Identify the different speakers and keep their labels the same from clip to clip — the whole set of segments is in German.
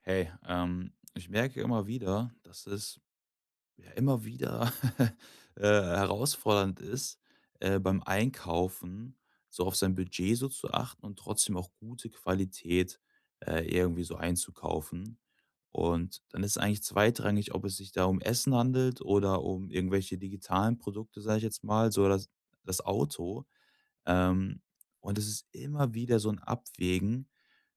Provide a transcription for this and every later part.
Speaker 1: Hey, ich merke immer wieder, dass es ja immer wieder herausfordernd ist, beim Einkaufen so auf sein Budget so zu achten und trotzdem auch gute Qualität irgendwie so einzukaufen. Und dann ist eigentlich zweitrangig, ob es sich da um Essen handelt oder um irgendwelche digitalen Produkte, sage ich jetzt mal, so das Auto. Ähm, und es ist immer wieder so ein Abwägen,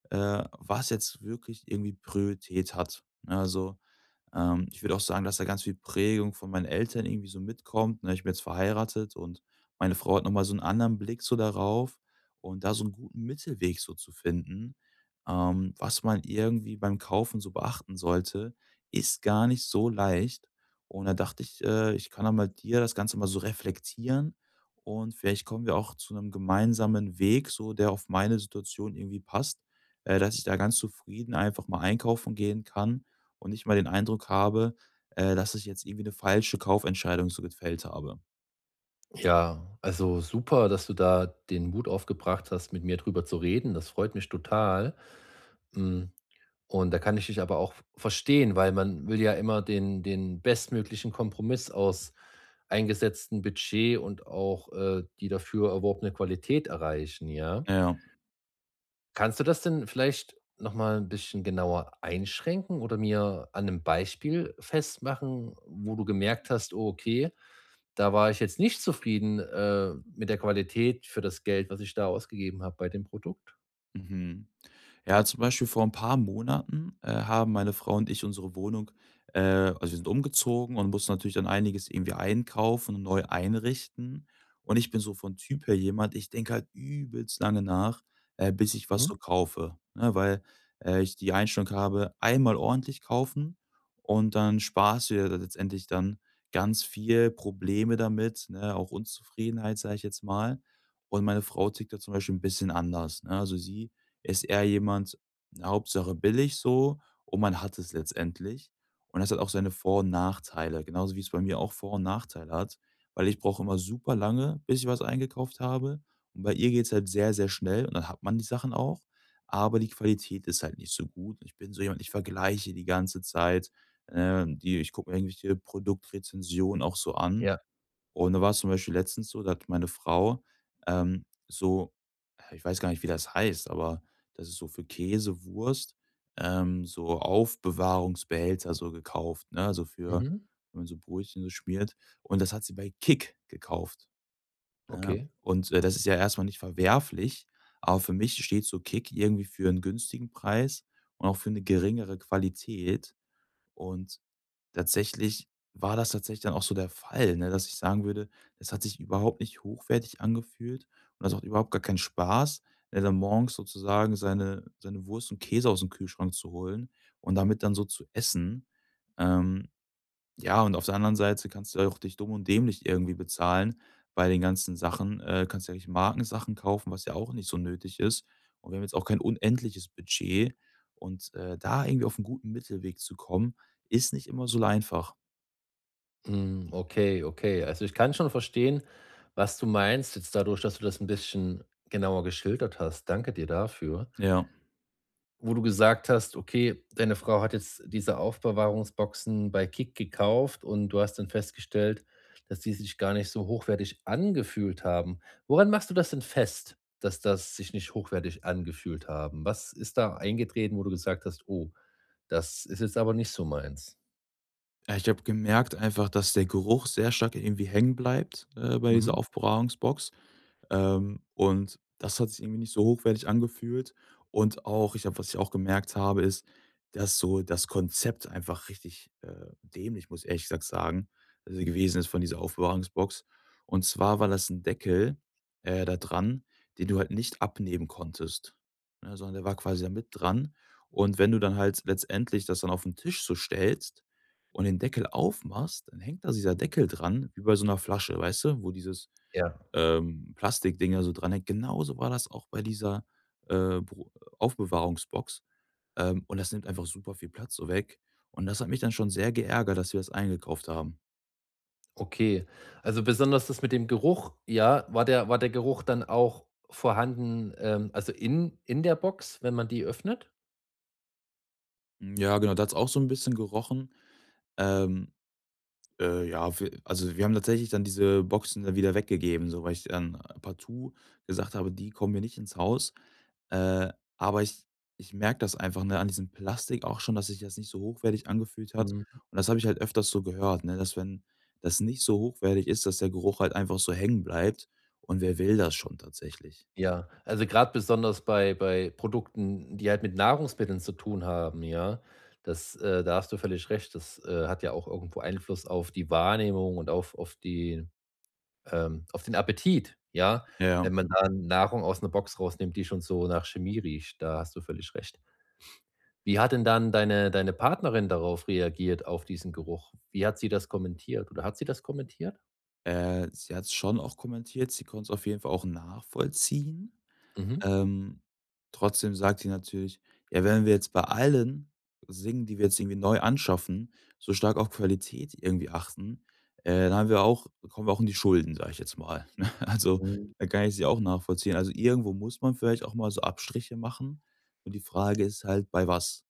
Speaker 1: was jetzt wirklich irgendwie Priorität hat. Ne, also ich würde auch sagen, dass da ganz viel Prägung von meinen Eltern irgendwie so mitkommt. Ne? Ich bin jetzt verheiratet und meine Frau hat nochmal so einen anderen Blick so darauf und da so einen guten Mittelweg so zu finden, was man irgendwie beim Kaufen so beachten sollte, ist gar nicht so leicht. Und da dachte ich, ich kann da mal dir das Ganze mal so reflektieren und vielleicht kommen wir auch zu einem gemeinsamen Weg, so der auf meine Situation irgendwie passt, dass ich da ganz zufrieden einfach mal einkaufen gehen kann und nicht mal den Eindruck habe, dass ich jetzt irgendwie eine falsche Kaufentscheidung so gefällt habe.
Speaker 2: Ja, also super, dass du da den Mut aufgebracht hast, mit mir drüber zu reden. Das freut mich total. Hm, und da kann ich dich aber auch verstehen, weil man will ja immer den bestmöglichen Kompromiss aus eingesetztem Budget und auch, die dafür erworbene Qualität erreichen, ja?
Speaker 1: Ja.
Speaker 2: Kannst du das denn vielleicht noch mal 'n bisschen genauer einschränken oder mir an einem Beispiel festmachen, wo du gemerkt hast: „Oh, okay, da war ich jetzt nicht zufrieden, mit der Qualität für das Geld, was ich da ausgegeben habe bei dem Produkt?“
Speaker 1: Mhm. Ja, zum Beispiel vor ein paar Monaten, haben meine Frau und ich unsere Wohnung, also wir sind umgezogen und mussten natürlich dann einiges irgendwie einkaufen und neu einrichten. Und ich bin so von Typ her jemand, ich denke halt übelst lange nach, bis ich was so
Speaker 2: Mhm.
Speaker 1: kaufe, ne, weil ich die Einstellung habe, einmal ordentlich kaufen und dann sparst du dir letztendlich dann ganz viel Probleme damit, ne, auch Unzufriedenheit, sage ich jetzt mal. Und meine Frau tickt da zum Beispiel ein bisschen anders, ne? Also, sie ist eher jemand, Hauptsache billig so und man hat es letztendlich. Und das hat auch seine Vor und Nachteile, genauso wie es bei mir auch Vor und Nachteile hat, weil ich brauche immer super lange, bis ich was eingekauft habe. Und bei ihr geht's halt sehr, sehr schnell und dann hat man die Sachen auch, aber die Qualität ist halt nicht so gut. Ich bin so jemand, ich vergleiche die ganze Zeit, die ich gucke mir irgendwelche Produktrezensionen auch so an,
Speaker 2: Ja.
Speaker 1: und da war es zum Beispiel letztens so, da hat meine Frau, ähm, so ich weiß gar nicht, wie das heißt, aber das ist so für Käse, Wurst, so Aufbewahrungsbehälter so gekauft, ne? Also für
Speaker 2: Mhm.
Speaker 1: wenn man so Brötchen so schmiert. Und das hat sie bei Kick gekauft, ja?
Speaker 2: Okay.
Speaker 1: Und, das ist ja erstmal nicht verwerflich, aber für mich steht so Kick irgendwie für einen günstigen Preis und auch für eine geringere Qualität. Und tatsächlich war das tatsächlich dann auch so der Fall, ne, dass ich sagen würde, das hat sich überhaupt nicht hochwertig angefühlt und das macht überhaupt gar keinen Spaß, ne, dann morgens sozusagen seine Wurst und Käse aus dem Kühlschrank zu holen und damit dann so zu essen. Ähm. Ja, und auf der anderen Seite kannst du ja auch dich dumm und dämlich irgendwie bezahlen bei den ganzen Sachen. Kannst ja irgendwelche Markensachen kaufen, was ja auch nicht so nötig ist. Und wir haben jetzt auch kein unendliches Budget. Und da irgendwie auf einen guten Mittelweg zu kommen, ist nicht immer so einfach.
Speaker 2: Hm, okay, okay. Also, ich kann schon verstehen, was du meinst jetzt dadurch, dass du das ein bisschen genauer geschildert hast. Danke dir dafür.
Speaker 1: Ja.
Speaker 2: Wo du gesagt hast, okay, deine Frau hat jetzt diese Aufbewahrungsboxen bei Kick gekauft und du hast dann festgestellt, dass die sich gar nicht so hochwertig angefühlt haben. Woran machst du das denn fest, dass das sich nicht hochwertig angefühlt haben? Was ist da eingetreten, wo du gesagt hast: „Oh, das ist jetzt aber nicht so meins?“
Speaker 1: Ja, ich habe gemerkt einfach, dass der Geruch sehr stark irgendwie hängen bleibt, bei dieser
Speaker 2: Mhm.
Speaker 1: Aufbewahrungsbox. Und das hat sich irgendwie nicht so hochwertig angefühlt. Und auch, ich habe was ich auch gemerkt habe, ist, dass so das Konzept einfach richtig, dämlich, muss ich ehrlich gesagt sagen, also gewesen ist von dieser Aufbewahrungsbox. Und zwar war das ein Deckel, da dran, den du halt nicht abnehmen konntest, ne, sondern der war quasi da mit dran. Und wenn du dann halt letztendlich das dann auf den Tisch so stellst und den Deckel aufmachst, dann hängt da dieser Deckel dran, wie bei so einer Flasche, weißt du, wo dieses
Speaker 2: Ja,
Speaker 1: ähm, Plastikdinger so dranhängt. Genauso war das auch bei dieser, Bro Aufbewahrungsbox, und das nimmt einfach super viel Platz so weg. Und das hat mich dann schon sehr geärgert, dass wir das eingekauft haben.
Speaker 2: okay. Also, besonders das mit dem Geruch, ja, war der Geruch dann auch vorhanden, also in der Box, wenn man die öffnet?
Speaker 1: Hm, ja, genau, da hat's auch so ein bisschen gerochen. Ähm ja, wir haben tatsächlich dann diese Boxen dann wieder weggegeben, so, weil ich dann partout gesagt habe: „Die kommen mir nicht ins Haus.“ Äh, aber ich merke das einfach, ne, an diesem Plastik auch schon, dass sich das nicht so hochwertig angefühlt hat.
Speaker 2: Mhm.
Speaker 1: Und das habe ich halt öfters so gehört, ne, dass wenn das nicht so hochwertig ist, dass der Geruch halt einfach so hängen bleibt. Und wer will das schon tatsächlich?
Speaker 2: Ja, also gerade besonders bei bei Produkten, die halt mit Nahrungsmitteln zu tun haben, ja. Das, da hast du völlig recht. Das, hat ja auch irgendwo Einfluss auf die Wahrnehmung und auf die auf den Appetit, ja?
Speaker 1: Ja.
Speaker 2: Wenn man da Nahrung aus einer Box rausnimmt, die schon so nach Chemie riecht, da hast du völlig recht. Wie hat denn dann deine Partnerin darauf reagiert, auf diesen Geruch? Wie hat sie das kommentiert oder hat sie das kommentiert?
Speaker 1: Sie hat es schon auch kommentiert, sie konnte es auf jeden Fall auch nachvollziehen.
Speaker 2: Mhm.
Speaker 1: Ähm, trotzdem sagt die natürlich: „Ja, wenn wir jetzt bei allen Singen, die wir jetzt irgendwie neu anschaffen, so stark auf Qualität irgendwie achten, dann haben wir auch kommen wir auch in die Schulden“, sage ich jetzt mal, ne? Also,
Speaker 2: Mhm.
Speaker 1: da kann ich sie auch nachvollziehen. Also, irgendwo muss man vielleicht auch mal so Abstriche machen und die Frage ist halt, bei was?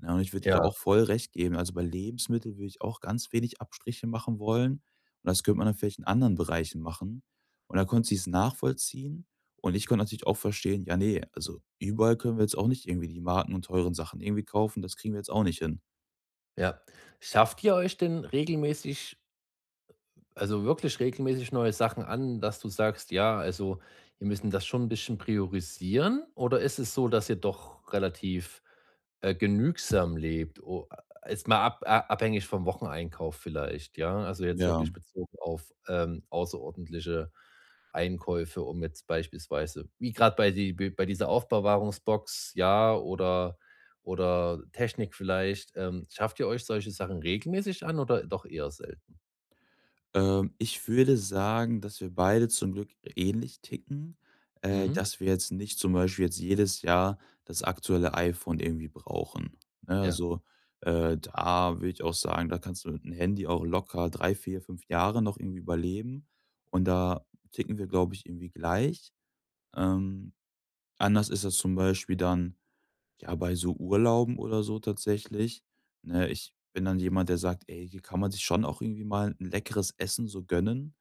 Speaker 1: Ne, und ich würde dir da
Speaker 2: Ja,
Speaker 1: auch voll recht geben. Also, bei Lebensmitteln würde ich auch ganz wenig Abstriche machen wollen und das könnte man dann vielleicht in anderen Bereichen machen. Und da konnte sie es nachvollziehen und ich konnte natürlich auch verstehen: „Ja, nee, also überall können wir jetzt auch nicht irgendwie die Marken und teuren Sachen irgendwie kaufen, das kriegen wir jetzt auch nicht hin.“
Speaker 2: ja. Schafft ihr euch denn regelmäßig, also wirklich regelmäßig, neue Sachen an, dass du sagst, ja, also wir müssen das schon ein bisschen priorisieren? Oder ist es so, dass ihr doch relativ genügsam lebt? Jetzt mal ab, abhängig vom Wocheneinkauf vielleicht, ja? Also jetzt
Speaker 1: Ja.
Speaker 2: wirklich bezogen auf außerordentliche Einkäufe, um jetzt beispielsweise, wie gerade bei dieser Aufbewahrungsbox, ja, oder Technik vielleicht, schafft ihr euch solche Sachen regelmäßig an oder doch eher selten?
Speaker 1: Ich würde sagen, dass wir beide zum Glück ähnlich ticken,
Speaker 2: Mhm.
Speaker 1: dass wir jetzt nicht zum Beispiel jetzt jedes Jahr das aktuelle iPhone irgendwie brauchen, ne?
Speaker 2: Ja.
Speaker 1: Also, da würde ich auch sagen, da kannst du mit einem Handy auch locker 3 4 5 Jahre noch irgendwie überleben. Und da ticken wir, glaube ich, irgendwie gleich. Ähm, anders ist das zum Beispiel dann, ja, bei so Urlauben oder so tatsächlich, ne, ich bin dann jemand, der sagt: „Ey, hier kann man sich schon auch irgendwie mal ein leckeres Essen so gönnen,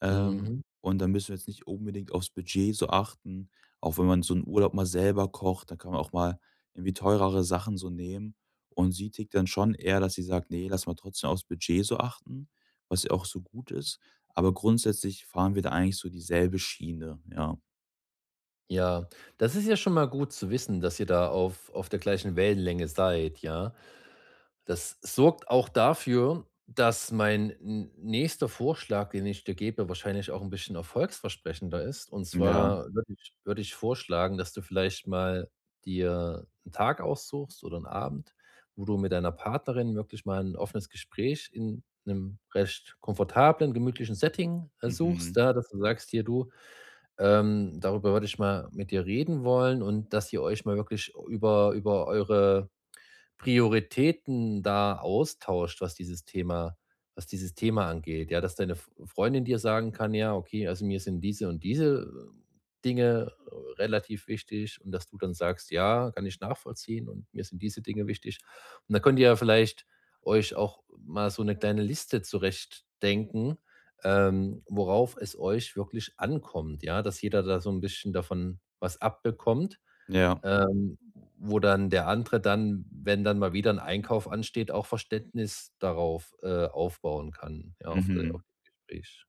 Speaker 1: ähm,
Speaker 2: Mhm.
Speaker 1: und dann müssen wir jetzt nicht unbedingt aufs Budget so achten.“ Auch wenn man so einen Urlaub mal selber kocht, dann kann man auch mal irgendwie teurere Sachen so nehmen. Und sie tickt dann schon eher, dass sie sagt: „Nee, lass mal trotzdem aufs Budget so achten“, was ja auch so gut ist. Aber grundsätzlich fahren wir da eigentlich so dieselbe Schiene, ja.
Speaker 2: Ja, das ist ja schon mal gut zu wissen, dass ihr da auf der gleichen Wellenlänge seid, ja. Das sorgt auch dafür, dass mein n nächster Vorschlag, den ich dir gebe, wahrscheinlich auch ein bisschen erfolgsversprechender ist. Und
Speaker 1: Ja.
Speaker 2: zwar würde ich vorschlagen, dass du vielleicht mal dir einen Tag aussuchst oder einen Abend, wo du mit deiner Partnerin wirklich mal ein offenes Gespräch in einem recht komfortablen, gemütlichen Setting, suchst.
Speaker 1: Mhm.
Speaker 2: Da, dass du sagst: „Hier, du, ähm, darüber würde ich mal mit dir reden wollen und dass ihr euch mal wirklich über über eure Prioritäten da austauscht, was dieses Thema angeht, ja, dass deine F Freundin dir sagen kann: „Ja, okay, also mir sind diese und diese Dinge relativ wichtig“, und dass du dann sagst: „Ja, kann ich nachvollziehen und mir sind diese Dinge wichtig.“ Und dann könnt ihr ja vielleicht euch auch mal so eine kleine Liste zurechtdenken, worauf es euch wirklich ankommt, ja, dass jeder da so ein bisschen davon was abbekommt,
Speaker 1: Ja.
Speaker 2: ähm, wo dann der andere dann, wenn dann mal wieder ein Einkauf ansteht, auch Verständnis darauf, aufbauen kann, ja, auf de auf
Speaker 1: Mhm.
Speaker 2: dem Gespräch.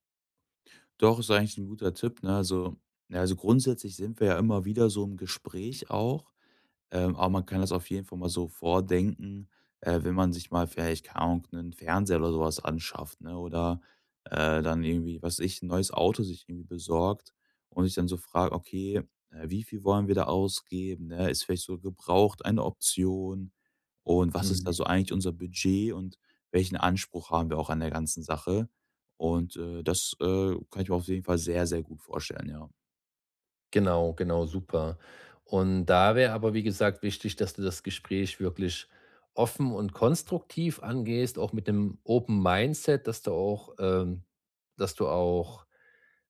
Speaker 1: Doch, ist eigentlich ein guter Tipp, ne? Also ja, also grundsätzlich sind wir ja immer wieder so im Gespräch auch. Aber man kann das auf jeden Fall mal so vordenken, wenn man sich mal vielleicht, keine Ahnung, 'nen Fernseher oder sowas anschafft, ne, oder, dann irgendwie, was weiß ich, 'n neues Auto sich irgendwie besorgt und sich dann so fragt: „Okay, wie viel wollen wir da ausgeben, ne? Ist vielleicht so gebraucht eine Option? Und was ist
Speaker 2: Mhm.
Speaker 1: da so eigentlich unser Budget und welchen Anspruch haben wir auch an der ganzen Sache?“ Und, das kann ich mir auf jeden Fall sehr, sehr gut vorstellen, ja.
Speaker 2: Genau, genau, super. Und da wäre aber, wie gesagt, wichtig, dass du das Gespräch wirklich offen und konstruktiv angehst, auch mit 'nem Open Mindset, dass du auch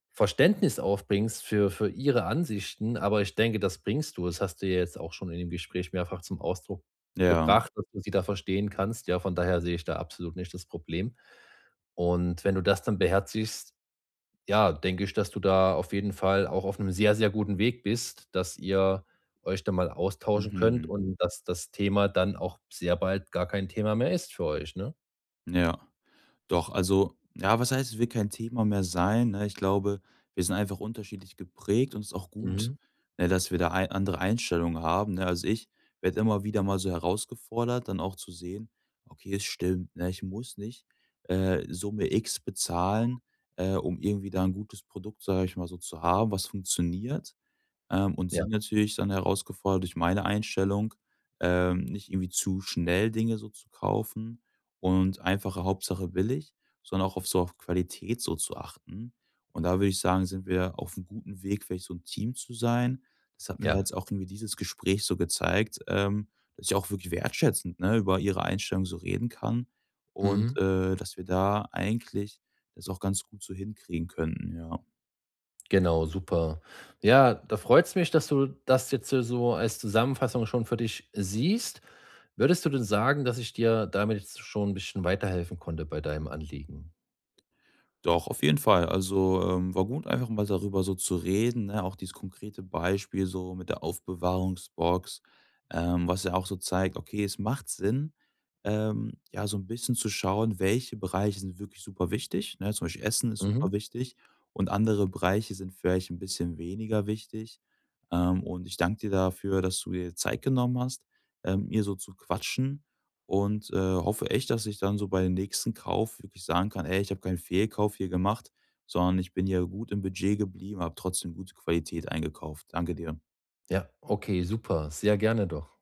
Speaker 2: Verständnis aufbringst für ihre Ansichten, aber ich denke, das bringst du. Das hast du ja jetzt auch schon in dem Gespräch mehrfach zum Ausdruck
Speaker 1: Ja.
Speaker 2: gebracht, dass du sie da verstehen kannst. Ja, von daher sehe ich da absolut nicht das Problem. Und wenn du das dann beherzigst, ja, denke ich, dass du da auf jeden Fall auch auf einem sehr, sehr guten Weg bist, dass ihr euch da mal austauschen könnt
Speaker 1: Mhm.
Speaker 2: und dass das Thema dann auch sehr bald gar kein Thema mehr ist für euch, ne?
Speaker 1: Ja. Doch, also, ja, was heißt, es wird kein Thema mehr sein, ne? Ich glaube, wir sind einfach unterschiedlich geprägt und es ist auch gut,
Speaker 2: Mhm.
Speaker 1: ne, dass wir da ei andere Einstellungen haben, ne? Also, ich werde immer wieder mal so herausgefordert, dann auch zu sehen: „Okay, es stimmt, ne, ich muss nicht, Summe X bezahlen, um irgendwie da ein gutes Produkt, sage ich mal so, zu haben, was funktioniert.“ Und
Speaker 2: Ja,
Speaker 1: sie natürlich dann herausgefordert durch meine Einstellung, nicht irgendwie zu schnell Dinge so zu kaufen und einfache Hauptsache billig, sondern auch auf so auf Qualität so zu achten. Und da würde ich sagen, sind wir auf einem guten Weg, vielleicht so ein Team zu sein. Das hat mir
Speaker 2: ja.
Speaker 1: jetzt auch irgendwie dieses Gespräch so gezeigt, dass ich auch wirklich wertschätzend, ne, über ihre Einstellung so reden kann und,
Speaker 2: Mhm.
Speaker 1: dass wir da eigentlich das auch ganz gut so hinkriegen könnten, ja.
Speaker 2: Genau, super. Ja, da freut's mich, dass du das jetzt so als Zusammenfassung schon für dich siehst. Würdest du denn sagen, dass ich dir damit jetzt schon ein bisschen weiterhelfen konnte bei deinem Anliegen?
Speaker 1: Doch, auf jeden Fall. Also, war gut, einfach mal darüber so zu reden, ne? Auch dieses konkrete Beispiel so mit der Aufbewahrungsbox, was ja auch so zeigt, okay, es macht Sinn, ja, so ein bisschen zu schauen, welche Bereiche sind wirklich super wichtig, ne? Zum Beispiel Essen ist
Speaker 2: Mhm.
Speaker 1: super wichtig und andere Bereiche sind vielleicht ein bisschen weniger wichtig. Und ich danke dir dafür, dass du dir Zeit genommen hast, mir so zu quatschen und, hoffe echt, dass ich dann so bei dem nächsten Kauf wirklich sagen kann: „Ey, ich habe keinen Fehlkauf hier gemacht, sondern ich bin hier gut im Budget geblieben, habe trotzdem gute Qualität eingekauft.“ Danke dir.
Speaker 2: Ja, okay, super, sehr gerne doch.